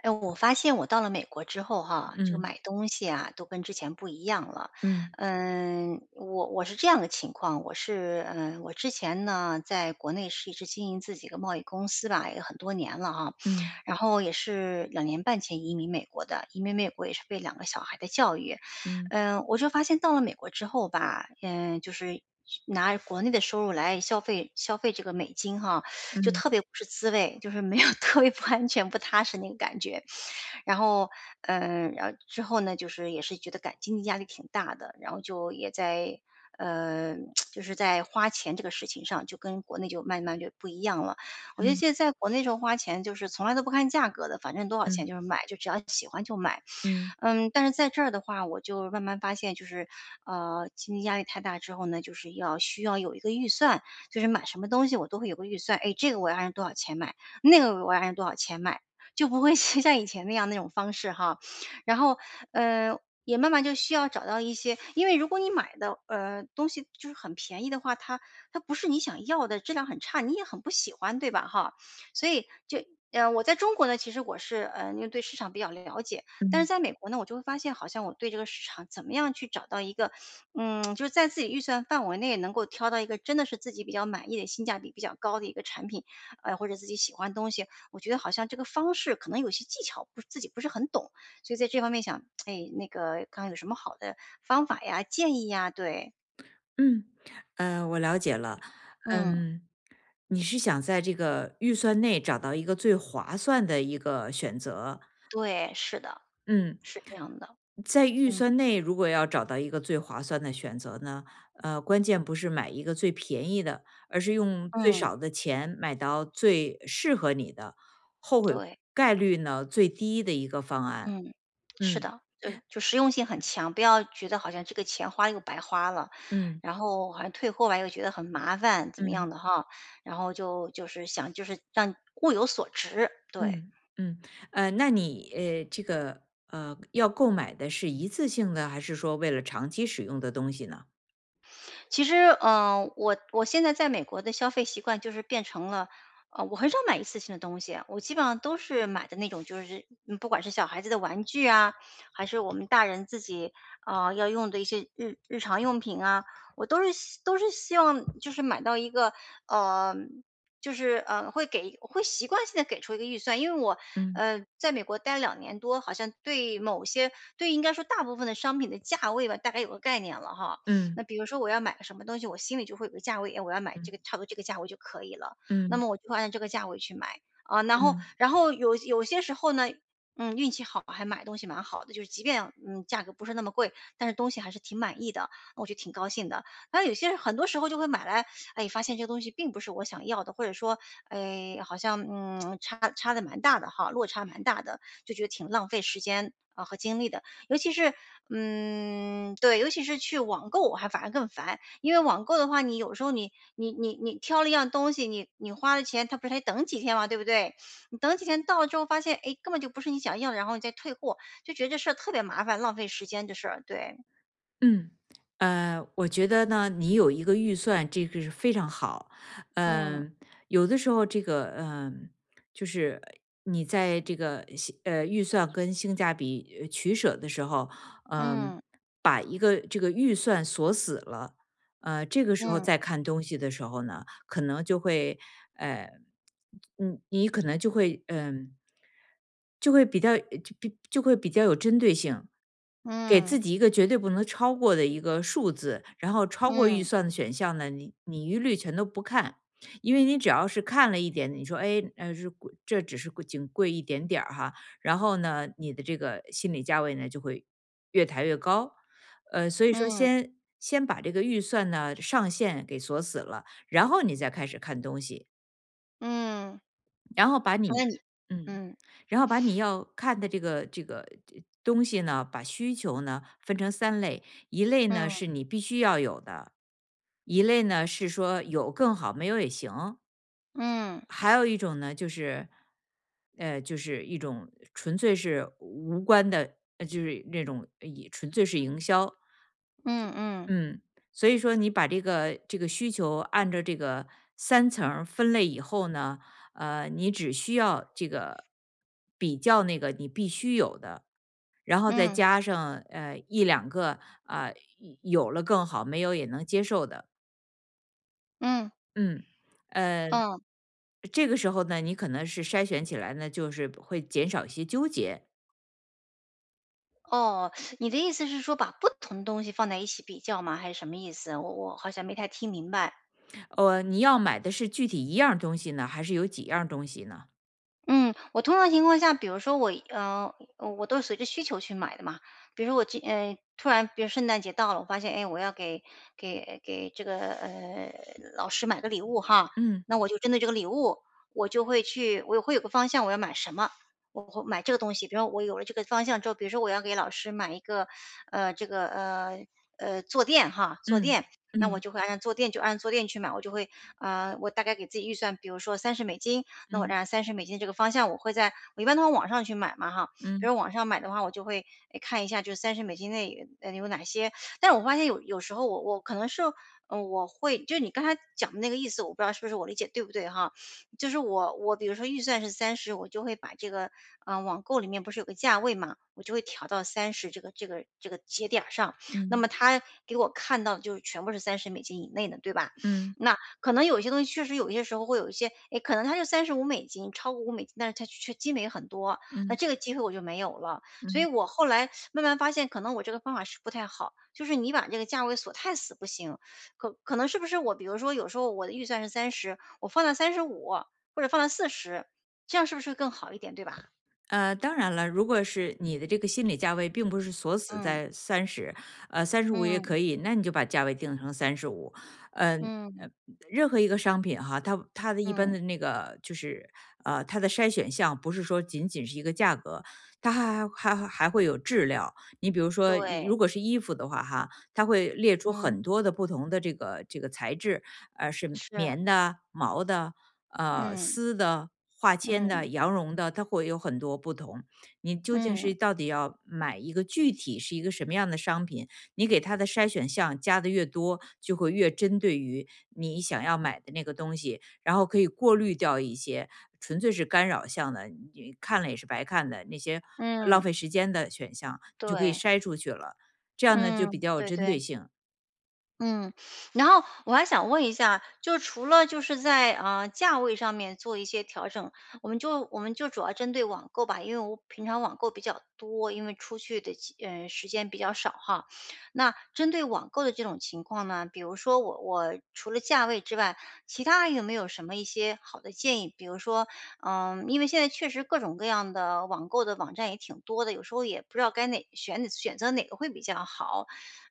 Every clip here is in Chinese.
哎，我发现我到了美国之后哈，这个嗯买东西啊，都跟之前不一样了。嗯我是这样的情况，我是我之前呢，在国内是一直经营自己的贸易公司吧，也很多年了哈。嗯然后也是2年半前移民美国的，移民美国也是为2个小孩的教育。嗯我就发现到了美国之后吧，就是拿国内的收入来消费消费这个美金哈，就嗯特别不是滋味，就是没有 特别不安全、不踏实那个感觉。然后，然后之后呢，就是也是觉得感经济压力挺大的，然后就也在呃，就是在花钱这个事情上，就跟国内就慢慢就不一样了。我觉嗯得现嗯在在国内时候花钱就是从来都不看价格的，反正多少钱就是买，就只要喜欢就买。嗯但是在这儿的话，我就慢慢发现，就是经济压力太大之后呢，就是需要有一个预算，就是买什么东西我都会有个预算，哎，这个我要按多少钱买，那个我要按多少钱买，就不会 是像以前那样那种方式哈。然后呃，也慢慢就需要找到一些，因为如果你买的东西就是很便宜的话，它不是你想要的，质量很差，你也很不喜欢，对吧？哈，所以就。我在中国呢，其实我是因为对市场比较了解，嗯但是嗯，在美国呢，我就会发现好像我对这个市场怎么样去找到一个，就是在自己预算范围内能够挑到一个真的是自己比较满意的、性价比比较高的一个产品，或者自己喜欢的东西，我觉得好像这个方式可能有些技巧不自己不是很懂，所以在这方面想，哎，那个看看有什么好的方法呀、建议呀，对，嗯我了解了。嗯，嗯，你是想在这个预算内找到一个最划算的一个选择。对，是的，嗯，是这样的，在预嗯算内如果要找到一个最划算的选择呢，关键不是买一个最便宜的，而是用最嗯，少的钱买到最适合你的，后悔对。概率呢最低的一个方案。嗯，是嗯的，就实用性很强，不要觉得好像这个钱花了又白花了，嗯然后好像退货吧又觉得很麻烦，怎么样嗯。的哈，然后就是想就是让物有所值，对。嗯嗯，那你这个要购买的是一次性的，还是说为了长期使用的东西呢？其实，我现在在美国的消费习惯就是变成了，我很少买一次性的东西，我基本上都是买的那种，就是不管是小孩子的玩具啊，还是我们大人自己要用的一些日日常用品啊，我都是希望就是买到一个呃。就是会习惯性的给出一个预算，因为我嗯在美国待了2年多，好像对某些对应该说大部分的商品的价位吧，大概有个概念了哈。嗯那比如说我要买个什么东西，我心里就会有个价位，哎，我要买这个，嗯差不多这个价位就可以了。那嗯么我就会按照这个价位去买啊。然后，嗯。然后有些时候呢，运气好还买东西蛮好的，就是即便价格不是那么贵，但是东西还是挺满意的，我就挺高兴的。然后有些很多时候就会买来，哎，发现这个东西并不是我想要的，或者说，哎，好像差的蛮大的哈，落差蛮大的，就觉得挺浪费时间啊、和精力的。尤其是嗯，对，尤其是去网购，我还反而更烦，因为网购的话，你有时候你挑了一样东西，你花了钱，他不是还等几天嘛，对不对？你等几天到了之后，发现哎，诶根本就不是你想要的，然后你再退货，就觉得这事儿特别麻烦，浪费时间这事儿。对，嗯，我觉得呢，你有一个预算，这个是非常好。嗯，嗯、有的时候这个，就是你在这个预算跟性价比取舍的时候，嗯、嗯，把一个这个预算锁死了，这个时候嗯，再看东西的时候呢，可能就会呃，你可能就会就会比较就比就会比较有针对性，给自嗯，己一个绝对不能超过的一个数字，然后超过预嗯，算的选项呢，你一律全都不看。因为你只要是看了一点，你说哎，是贵这只是贵仅贵一点点儿哈，然后呢，你的这个心理价位呢就会越抬越高，所以说嗯，先把这个预算呢上限给锁死了，然后你再开始看东西，嗯，然后把那你你嗯，嗯，然后把你要看的这东西呢，把需求呢分成三类，一类呢嗯，是你必须要有的，一类呢是说有更好，没有也行，嗯，还有一种呢就是，就是一种纯粹是无关的，就是那种也纯粹是营销。嗯，嗯，嗯，所以说你把这个需求按照这个三层儿分类以后呢，你只需要这个比较那个你必须有的，然后再嗯，嗯，加上一两个啊、有了更好，没有也能接受的，嗯。嗯，呃，这个时候呢，你可能是筛选起来呢，就是会减少一些纠结。哦，你的意思是说把不同的东西放在一起比较吗？还是什么意思？我好像没太听明白。你要买的是具体一样东西呢，还是有几样东西呢？嗯，我通常情况下，比如说我都是随着需求去买的嘛。比如说我突然，比如圣诞节到了，我发现，哎，我要给这个老师买个礼物哈，嗯那我就针对这个礼物，我就会去，我会有个方向，我要买什么，我会买这个东西。比如说我有了这个方向之后，比如说我要给老师买一个呃这个呃坐垫哈，坐嗯垫。嗯那我嗯就会按照坐垫就按坐垫去买，我就会啊、呃我大概给自己预算，比如说三十美金，那我这嗯样30美金这个方向，我会在我一般都往网上去买嘛哈，比嗯。如网上买的话，我就会，诶看一下就是三十美金内，有哪些。但是我发现有时候我可能是，我会就是你刚才讲的那个意思，我不知道是不是我理解对不对哈。就是我比如说预算是三十，我就会把这个，网购里面不是有个价位嘛，我就会调到三十这个节点儿上，那嗯么他给我看到的就是全部是三十美金以内的，对吧？嗯那可能有一些东西确实有一些时候会有一些，哎，可能它就35美金，超过五美金，但是它却积累很多，那嗯这个机会我就没有了。所以嗯，我后来慢慢发现，可能我这个方法是不太好，就是你把这个价位锁太死不行。可能是不是我比如说有时候我的预算是三十，我放到三十五或者放到40，这样是不是更好一点，对吧？当然了，如果是你的这个心理价位并不是锁死嗯，在三十，呃三十五也嗯，可以，那你就把价位定成三十五。嗯嗯，呃，任何一个商品哈，它的一般嗯，的那个就是，它的筛选项不是说仅仅是一个价格，它还会有质量。你比如说，对，如果是衣服的话哈，它会列出嗯，很多的不同的这个材质，是是，棉的、毛的、嗯，丝的、化纤的、嗯，羊绒的，它会有很多不同。你究竟嗯，是到底要买一个具体是一个什么样的商品，你给它的筛选项加的越多，就会越针对于你想要买的那个东西，然后可以过滤掉一些纯粹是干扰项的，你看了也是白看的，那些浪嗯，费时间的选项，你就可以对，筛出去了。这样呢，就嗯，比较有对针对。对性。嗯，然后我还想问一下，就除了就是在价位上面做一些调整，我们就主要针对网购吧，因为我平常网购比较多，因为出去的时间比较少哈。那针对网购的这种情况呢，比如说我除了价位之外，其他还有没有什么一些好的建议？比如说，嗯，因为现在确实各种各样的网购的网站也挺多的，有时候也不知道该选择哪个会比较好。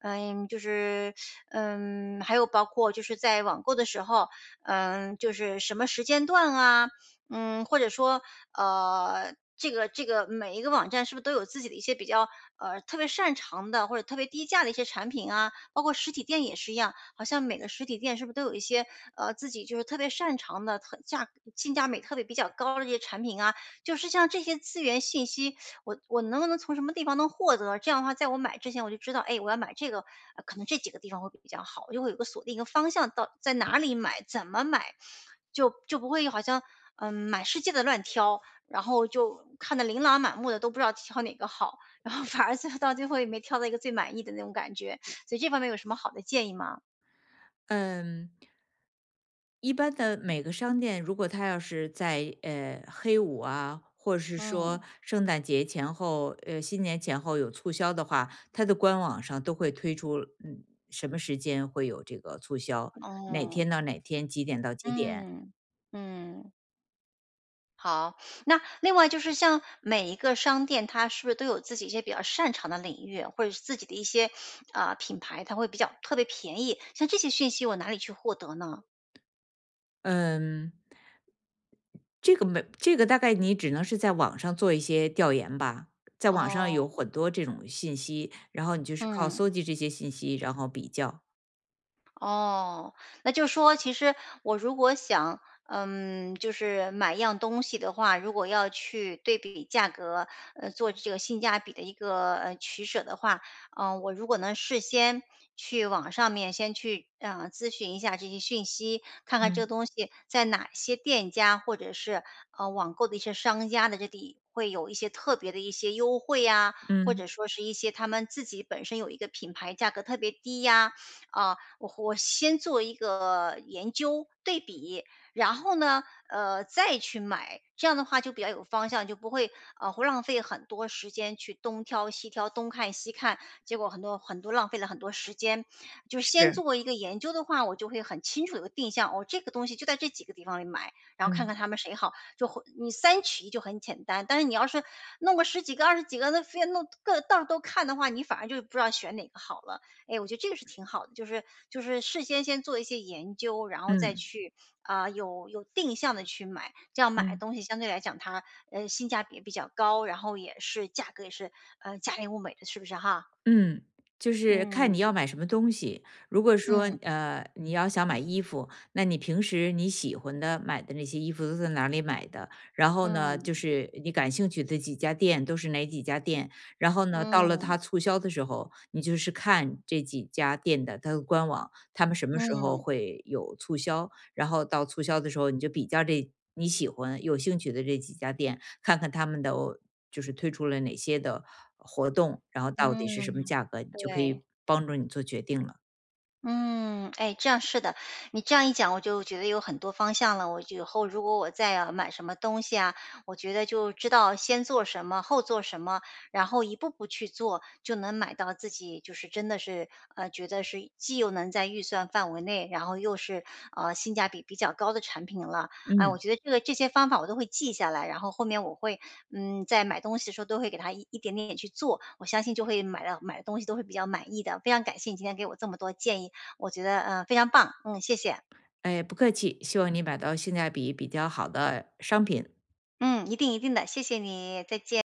嗯，就是还有包括就是在网购的时候，就是什么时间段啊，或者说这个每一个网站是不是都有自己的一些比较特别擅长的或者特别低价的一些产品啊？包括实体店也是一样，好像每个实体店是不是都有一些自己就是特别擅长的特价性价比特别比较高的这些产品啊？就是像这些资源信息，我能不能从什么地方能获得？这样的话，在我买之前我就知道，哎，我要买这个，可能这几个地方会比较好，我就会有个锁定一个方向，到在哪里买，怎么买，就不会好像满世界的乱挑，然后就看得琳琅满目的都不知道挑哪个好，然后反而最后到最后也没挑到一个最满意的那种感觉。所以这方面有什么好的建议吗？嗯，一般的每个商店，如果它要是在黑五啊，或者是说嗯，圣诞节前后、新年前后有促销的话，它的官网上都会推出，嗯，什么时间会有这个促销，哪天哦，到哪天，几点到几点。嗯嗯。好，那另外就是像每一个商店，它是不是都有自己一些比较擅长的领域，或者是自己的一些啊、品牌，它会比较特别便宜？像这些讯息我哪里去获得呢？嗯，这个没这个大概你只能是在网上做一些调研吧，在网上哦，有很多这种信息，然后你就是靠搜嗯。集这些信息，然后比较。哦，那就说其实我如果想，嗯，就是买一样东西的话，如果要去对比价格，做这个性价比的一个取舍的话，嗯、我如果能事先去网上面先去啊、咨询一下这些讯息，看看这个嗯东西在哪些店家或者是网购的一些商家的这里会有一些特别的一些优惠呀、或嗯，者说是一些他们自己本身有一个品牌价格特别低呀、啊，我先做一个研究对比，然后呢，再去买，这样的话就比较有方向，就不会会浪费很多时间去东挑西挑，东看西看，结果很多浪费了很多时间。就是先是，做一个研究的话，我就会很清楚有个定向，哦，这个东西就在这几个地方里买，然后看嗯看他们谁好，就会你三取一就很简单。但是你要是弄个十几个、二十几个，那非要弄各到处都看的话，你反而就不知道选哪个好了。哎，我觉得这个是挺好的，就是事先先做一些研究，然后再嗯去啊、有定向的去买，这样买的嗯。东西相对来讲它性价比也比较高，然后也是价格也是价廉物美的，是不是哈？嗯，就是看嗯你要买什么东西。如果说嗯你要想买衣服，那你平时你喜欢的买的那些衣服都在哪里买的？然后呢，就嗯是你感兴趣的几家店都是哪几家店？然后呢，到了嗯它促销的时候，你就是看这几家店的它的官网，他们什么时候嗯会有促销，然后到促销的时候你就比较这。你喜欢、有兴趣的这几家店，看看他们的就是推出了哪些的活动，然后到底是嗯，什么价格，你就可对。以帮助你做决定了。嗯，哎，这样是的，你这样一讲，我就觉得有很多方向了。我就以后如果我再要买什么东西啊，我觉得就知道先做什么，后做什么，然后一步步去做，就能买到自己就是真的是觉得是既又能在预算范围内，然后又是性价比比较高的产品了。啊，我嗯，觉得这个这些方法我都会记下来，然后后面我会嗯，在买东西的时候都会给它一一点点去做，我相信就会买的东西都会比较满意的。非常感谢你今天给我这么多建议。我觉得，非常棒，嗯，谢谢。哎，不客气，希望你买到性价比比较好的商品。嗯，一定一定的，谢谢你，再见。